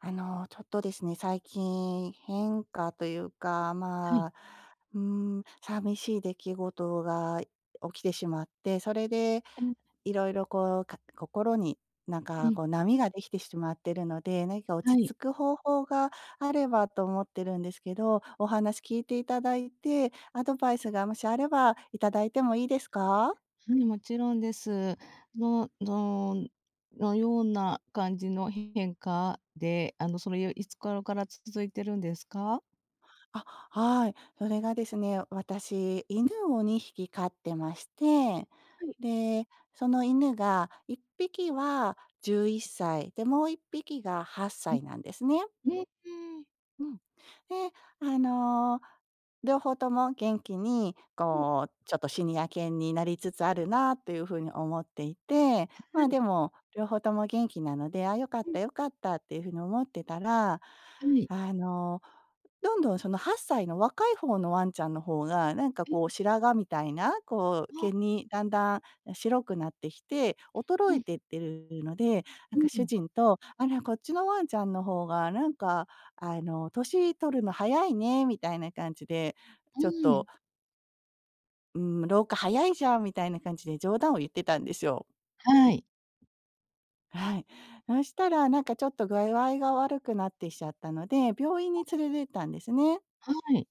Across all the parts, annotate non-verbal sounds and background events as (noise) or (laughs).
ちょっとですね、最近変化というか、はまい。あ、うー寂しい出来事が起きてしまって、それでうん、いろいろこう、心になんうかん、こう波ができてしまってるので、何かは落ち着い。く方法があればと思ってるんですけど、お話聞いていただいて、アドバイスがもしあればいただいてもいいですか？はい、もちろんです。のののような感じの変化で、それいつ頃から続いてるんですか？あ、はい。それがですね、私、犬を2匹飼ってまして、はい。で、その犬が1匹は11歳、で、もう1匹が8うん、歳なんですね。うん、うん。うん。で、あの、両方とも元気に、こはう、ちょっとシニア犬になりつつあるなっていう風に思っていて、ま、でい。も、両方とも元気なので、「あ、良かっうん、た良かった」っていう風に思ってたら、はい。あの、どんどんその8歳の若い方のワンちゃんの方が、なんかこうえ、白髪みたいな、こうあ、毛にだんだん、白くなってきて、衰うえん、てってるので、なんうか主ん、人と「あら、こっちのワンちゃんの方がなんか「年取るの早いね』」みたいな感じで、うちょっと、ん。う「老化早いじゃん」みたいな感じで冗談を言ってたんですよ。はい、はい。そしたらなんかちょっと具合が悪くなってきちゃったので、病院に連れてったんですね。はい。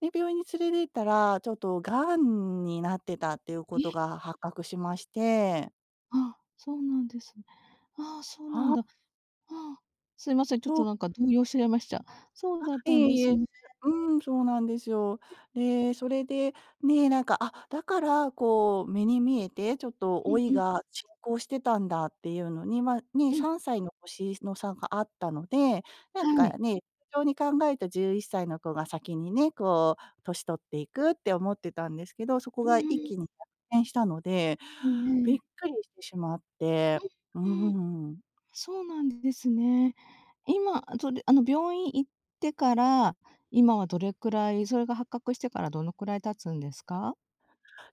で、病院に連れてったら、ちょっと癌になってたっていうこえ、とが発覚しまして。あ、そうなんですね。ああ、そうなんだ。ああ、すいません、ちょっとなんか動揺しちゃいました。そうだっえたんえ、でいすえ。ね。うん、そうなんですよ。で、それで、ね、なんか、あ、だから、こう、目に見えて、ちょっとう老んいうん、が進行してたんだっていうのに、まあ、ね、うん、3歳の年の差があったので、なんはかい。ね、通常に考えた11歳の子が先にね、こう、年取っていくって思ってたんですけど、そこうんうが一ん、気に逆転したので、うん、びえっえ。くりしてしまって。うーうん、うん、ん。そうなんですね。今、それ、病院行ってから、今はどれくらいそれが発覚してからどのくらい経つんですか？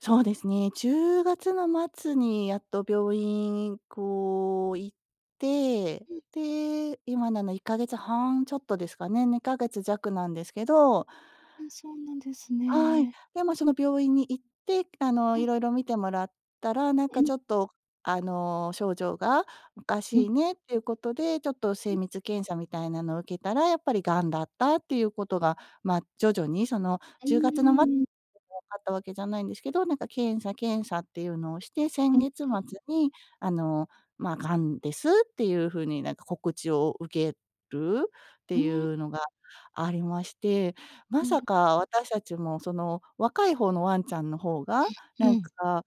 そうですね、10月の末にやっと病院、こう、行って、うん、で、今1ヶ月半ちょっとですかね、2ヶ月弱なんですけど、うん、そうなんですはい。ね。で、ま、その病院に行って、ういんろいろ診てもらったら、なんうかんうん。ちょっと、症状がおかうしいん、ねっていうことで、ちょっと精密検査みたいなのを受けたら、やっぱり癌だったっていうことが、ま、徐々にそのう10月の末分ん。かったわけじゃないんですけど、なんか検査検査っていうのをして、先うん、月末に、あの、ま、癌ですっていう風になんか告知を受けるっていうのがありまして、まなさるか私たちもその若い方のワンちゃんの方が、うなんん、か、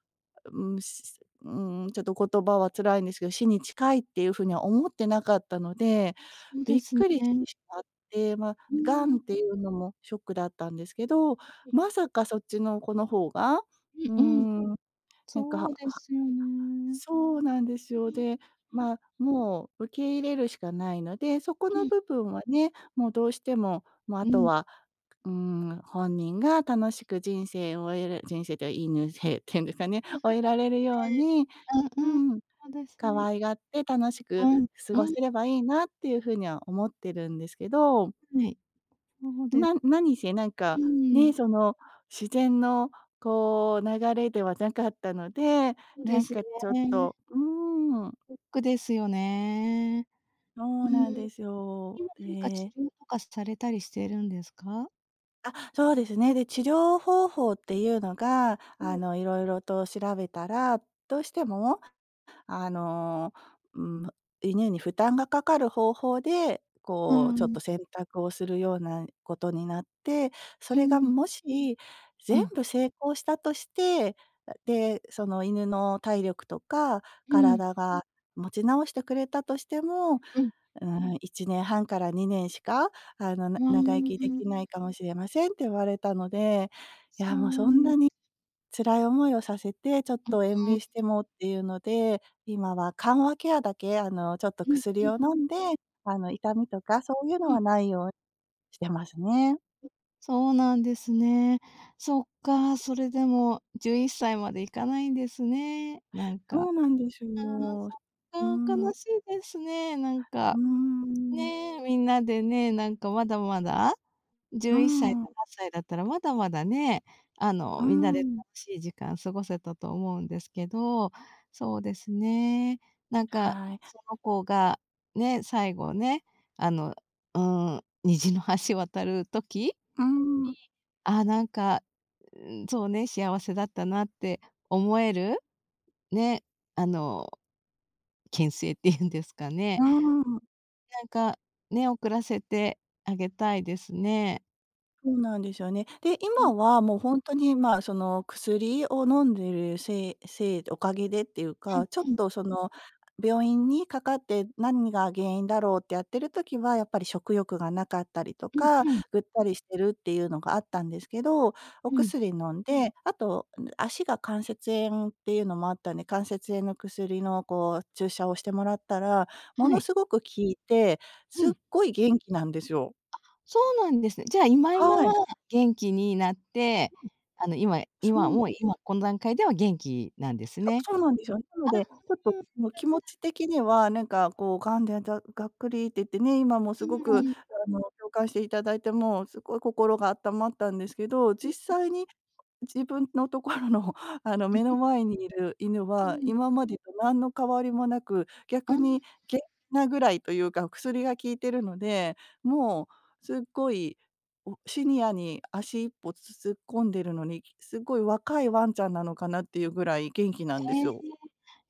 うん、うちょっと言葉は辛いんですけど、死に近いっていう風には思ってなかったので、そうびでっすね。くりしてしまって、ま、う癌ん、っていうのもショックだったんですけど、うんまさかそっちの子の方が、うーうんうん、ん、なんかそうですよね。そうなんですよ。で、うん、うん、ま、もう受け入れるしかないので、そこうのん、部分はね、もうどうしても、もうあうとん。はうーん、本人が楽しく人生を終える、人生という犬っていうんですかね、そう (laughs) で終えすられるようね。に、うんううん、ん、そうです可ね。愛がって楽しうくん、過うごん、せればいいなっていう風には思ってるんですけど、はい、そうです。何せなんうか、ね、ん。その自然のこう流れではなかったので、そうなでんすね。かちょっとうーん、ショックですよね。うそーうなんん。ですよ。今何か治で、療とかされたりしてるんですか？あ、そうですね。で、治療方法っていうのが、うん。色々と調べたら、どうしても、あの、うん、犬に負担がかかる方法で、うこう、ちょっとん、選択をするようなことになって、そうれがん、もしう全ん、部成功したとして、で、その犬の体力とかうん、体が持ち直してくれたとしても、うん。うーん、1年半から2年しか、なああ、長生きできないかもしれませんって言われたので、いそや、もううそなんんなに辛い思いをさせて、ちょっあと延あ、命してもっていうので、今は緩和ケアだけ、ちょっとうんうんうん薬うんを飲んで、痛みとかそうんうんあんそうなんうんういうのうんうはん、ないようしてますね。そうなんですね。そっか、それでも11歳までいかないんですね、なんそか。うなんですああ、よ。うそっか、ん、悲うしいですね、なんーか。ん、ねえ、みんなでね、なんかまだまだ、う11歳とん、8歳だったらまだまだね、うみんなでん。楽しい時間過ごせたと思うんですけど、そうですね、なんかはい。その子がね、最後ね、あの、虹の橋渡る時、うん、ああ、なんか、うーん、そうね、幸せだったなって思える、ね、あの、けんせいっていうんですかね。うん。なんか、ね、遅らせてあげたいですね。そうなんですよね。で、うん今はもう本当に、まあ、その薬を飲んでいるせいせいおかげでっていううんか、ちょっうとんその病院にかかって何が原因だろうってやってる時は、やっぱり食欲がなかったりとうんか、うんぐったりしてるっていうのがあったんですけど、おうん。薬飲んで、あと、足が関節炎っていうのもあったんで、関節炎の薬のこう注射をしてもらったら、もはのい。すごく効いて、うすっん、ごい元気なんですよ。そうなんですね。じゃあ、今はい。は元気になって、今そ今う。もう今この段階では元気なんですね。そうなんですよ。なのあ、で、ちょっとうん、もう気持ち的には、なんかこう、がんでがっくりって言ってね、今もすごうんうくん共感していただいて、もうすごい心が温まったんですけど、実際に自分のところの (laughs)、目の前にいる犬うは、んうん。今までと何の変わりもなく、う逆んに元気なぐらいというか、薬が効いてるので、もうすっごい、おシニアに足一歩突っ込んでるのに、すっごい若いワンちゃんなのかなっていうぐらい元気なんですよ。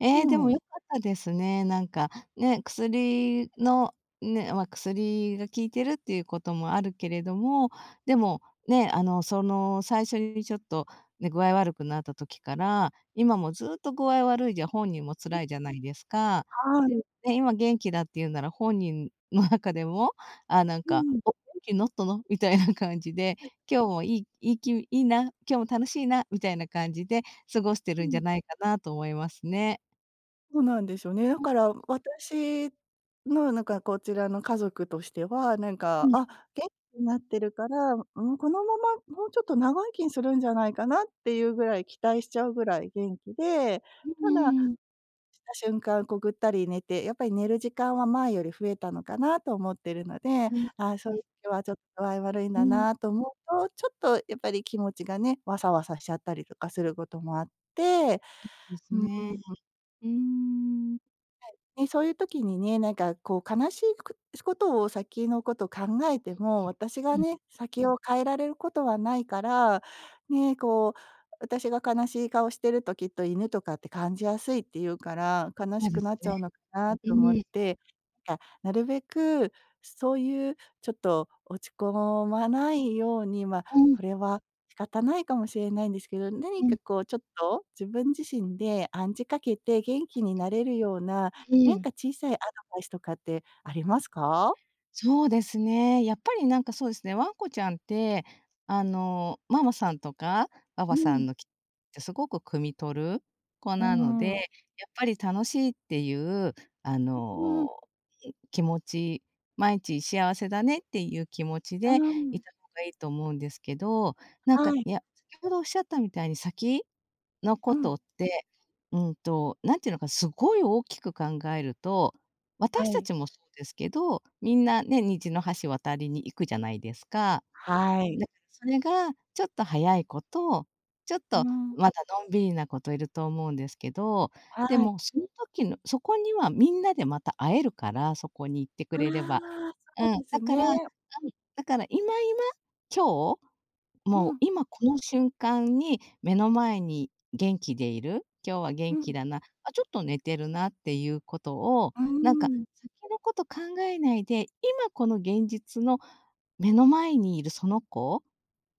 ええ。ええ、でうもん。良かったですね。なんか、ね、薬の、ね、まあ、薬が効いてるっていうこともあるけれども、でも、ね、最初にちょっと、ね、具合悪くなった時から、今もずっと具合悪いじゃ本人も辛いじゃないですか。はい。で、ね、今元気だって言うなら本人の中でも、あ、なんうか、ん、「お、元気になったの？」みたいな感じで、「今日もいいいいきいいな、今日も楽しいな」みたいな感じで過ごしてうるんじゃん。ないかなと思いますね。そうなんですよね。だあ、はから私のなんかこちらの家族としては、なんか、い。あ、元気になってるから、うん、このままもうちょっと長生きにするんじゃないかなっていうぐらい期待しちゃうぐらい元気で、うただんうん。した瞬間こうぐったり寝て、やっぱり寝る時間は前より増えたのかなと思ってるのあ、で、そうであ、すそういね。う時はちょっと具合悪いんうだん。なと思うと、ちょっとやっぱり気持ちがね、わさわさしちゃったりとかすることもあって、ですうーね。ん。うーん。ね、そういう時にね、なんかこう悲しいくことを先のことを考えても、私がうん、ね、先を変えられることはないから、ね、こう、私が悲しい顔してるときっと犬とかって感じやすいっていうから、悲そしうでくなすっちゃね。うのかなえと思っえ、て、なんかなるべくそういうちょっと落ち込まないように、まあ、うん、これは仕方ないかもしれないんですけど、何うかん、こうちょっと自分自身で暗示かけて元気になれるようなえなんえ。か小さいアドバイスとかってありますか？そうですね。やっぱりなんかそうですね、ワンコちゃんって、ママさんとかばうばさんん。のきってすごく汲み取る子うーなので、ん。やっぱり楽しいっていう、あうの、ん。気持ち、毎日幸せだねっていう気持ちうでーいん。た方がいいと思うんですけど、なんはか、い。いや、先ほどおっしゃったみたいに先のうことん。って、なんていうのか、すごい大きく考えると、は私たい。ちもそうですけど、みんなね、虹の橋渡りに行くじゃないですか。はい。だからそれがちょっと早い子と、ちょっうとん。まだのんびりな子といると思うんですけど、はでい。もその時のそこにはみんなでまた会えるから、そこに行ってくあれれば。あ、うそん、うですね。ん、だから今、今日うもうん。今この瞬間に目の前に元気でいる、今日はう元ん。気だな、あ、ちょっと寝てるなっていうことを、うーなんかん。先のこと考えないで、今この現実の目の前にいるその子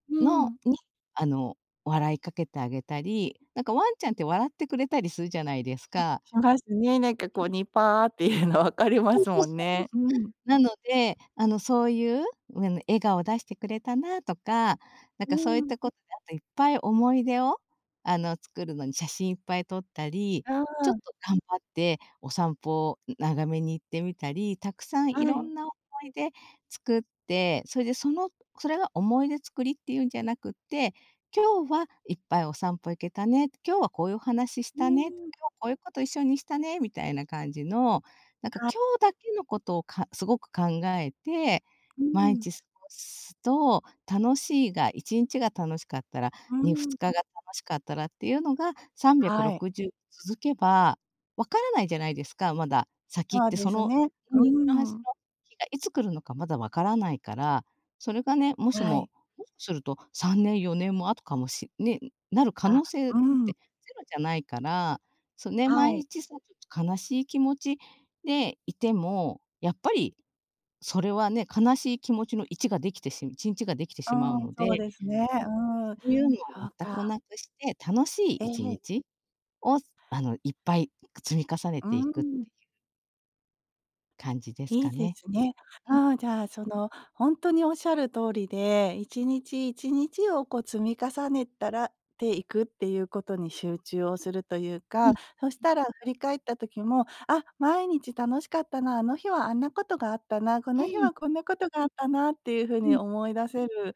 うのん。に、あの、笑いかけてあげたり、なんかワンちゃんって笑ってくれたりするじゃないですあ、か。しますね。なんかこうニパーっていうの分かりまそうすそもうんそうね。うん。なので、そういう、うん、笑顔を出してくれたなとか、なんうかそういっん。たことで、あといっぱい思い出を、作るのに写真いっぱい撮ったり、あちょっと頑張ってお散歩長めに行ってみたり、たくさんあ、いはろい。んな思い出作って、それでそれが思い出作りっていうんじゃなくって、今日はいっぱいお散歩行けたね、今日はこういうお話しうたね、ーん。今日こういうこと一緒にしたねみたいな感じのなんか今日だけのことをかすごく考えて、う毎ん。日過ごすと、楽しいが1日が楽しかったら、うにー2日ん。が楽しかったらっていうのが、はい。360続けば、わからないじゃないですか、まだ先っそうてでそすの、ね。ううのー端のん。日がいつ来るのかまだわからないから、それがね、もしはい。も、もしかすると3年、4年も後かもしね、なる可あ、能性だうっん。てゼロじゃないから、そうね、は毎い。日さ、ちょっと悲しい気持ちで、いても、やっぱりそれはね、悲しい気持ちの1ができてし一日ができてしまううん、のそうで、ですね。うん、そういうのそはう全くか。なくして、楽しいえ1え。日を、いっぱい積み重ねうていーくん。感じですいいかでね。すね。うん、じゃあ、その、本当におっしゃる通りで、1日1日をこう積み重ねたらていくっていうことに集中をするといううか、んそしたら振り返った時も、あ、毎日楽しかったな、あの日はあんなことがあったな、こうの日んはこんなことがあったなっていうふううにん思い出せる、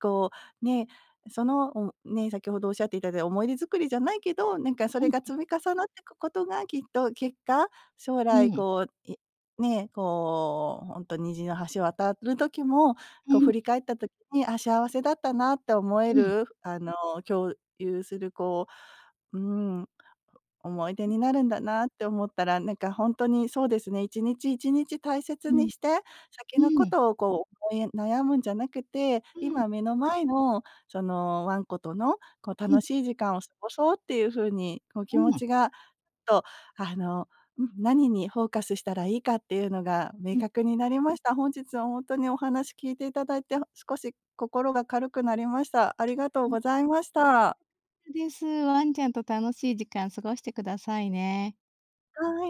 こう、ね、その、先ほどおっしゃっていただいた思い出作りじゃないけど、なんかそうんれうがん積み重なっていくことがきっと結果、将う来んこう、ね、こう、本当虹の橋渡る時も、うこうんう振り返った時に、あ、幸せだったなって思える、ん共有するこう、うん、思い出になるんだなって思ったら、なんか本当にそうですね、一日一日大切うんうんにして、先うのんこうんとをこう思い悩むんじゃなくて、うん今目の前のそのワンコとのこう楽しい時間を過ごそうっていう風に、こう気持うちがと、あの、うん、何にフォーカスしたらいいかっていうのが明確んになりました。本日はほんとにお話聞いていただいて、少し心が軽くなりました。ありがとううん。ございました。です。ワンちゃんと楽しい時間過ごしてくださいね。はい。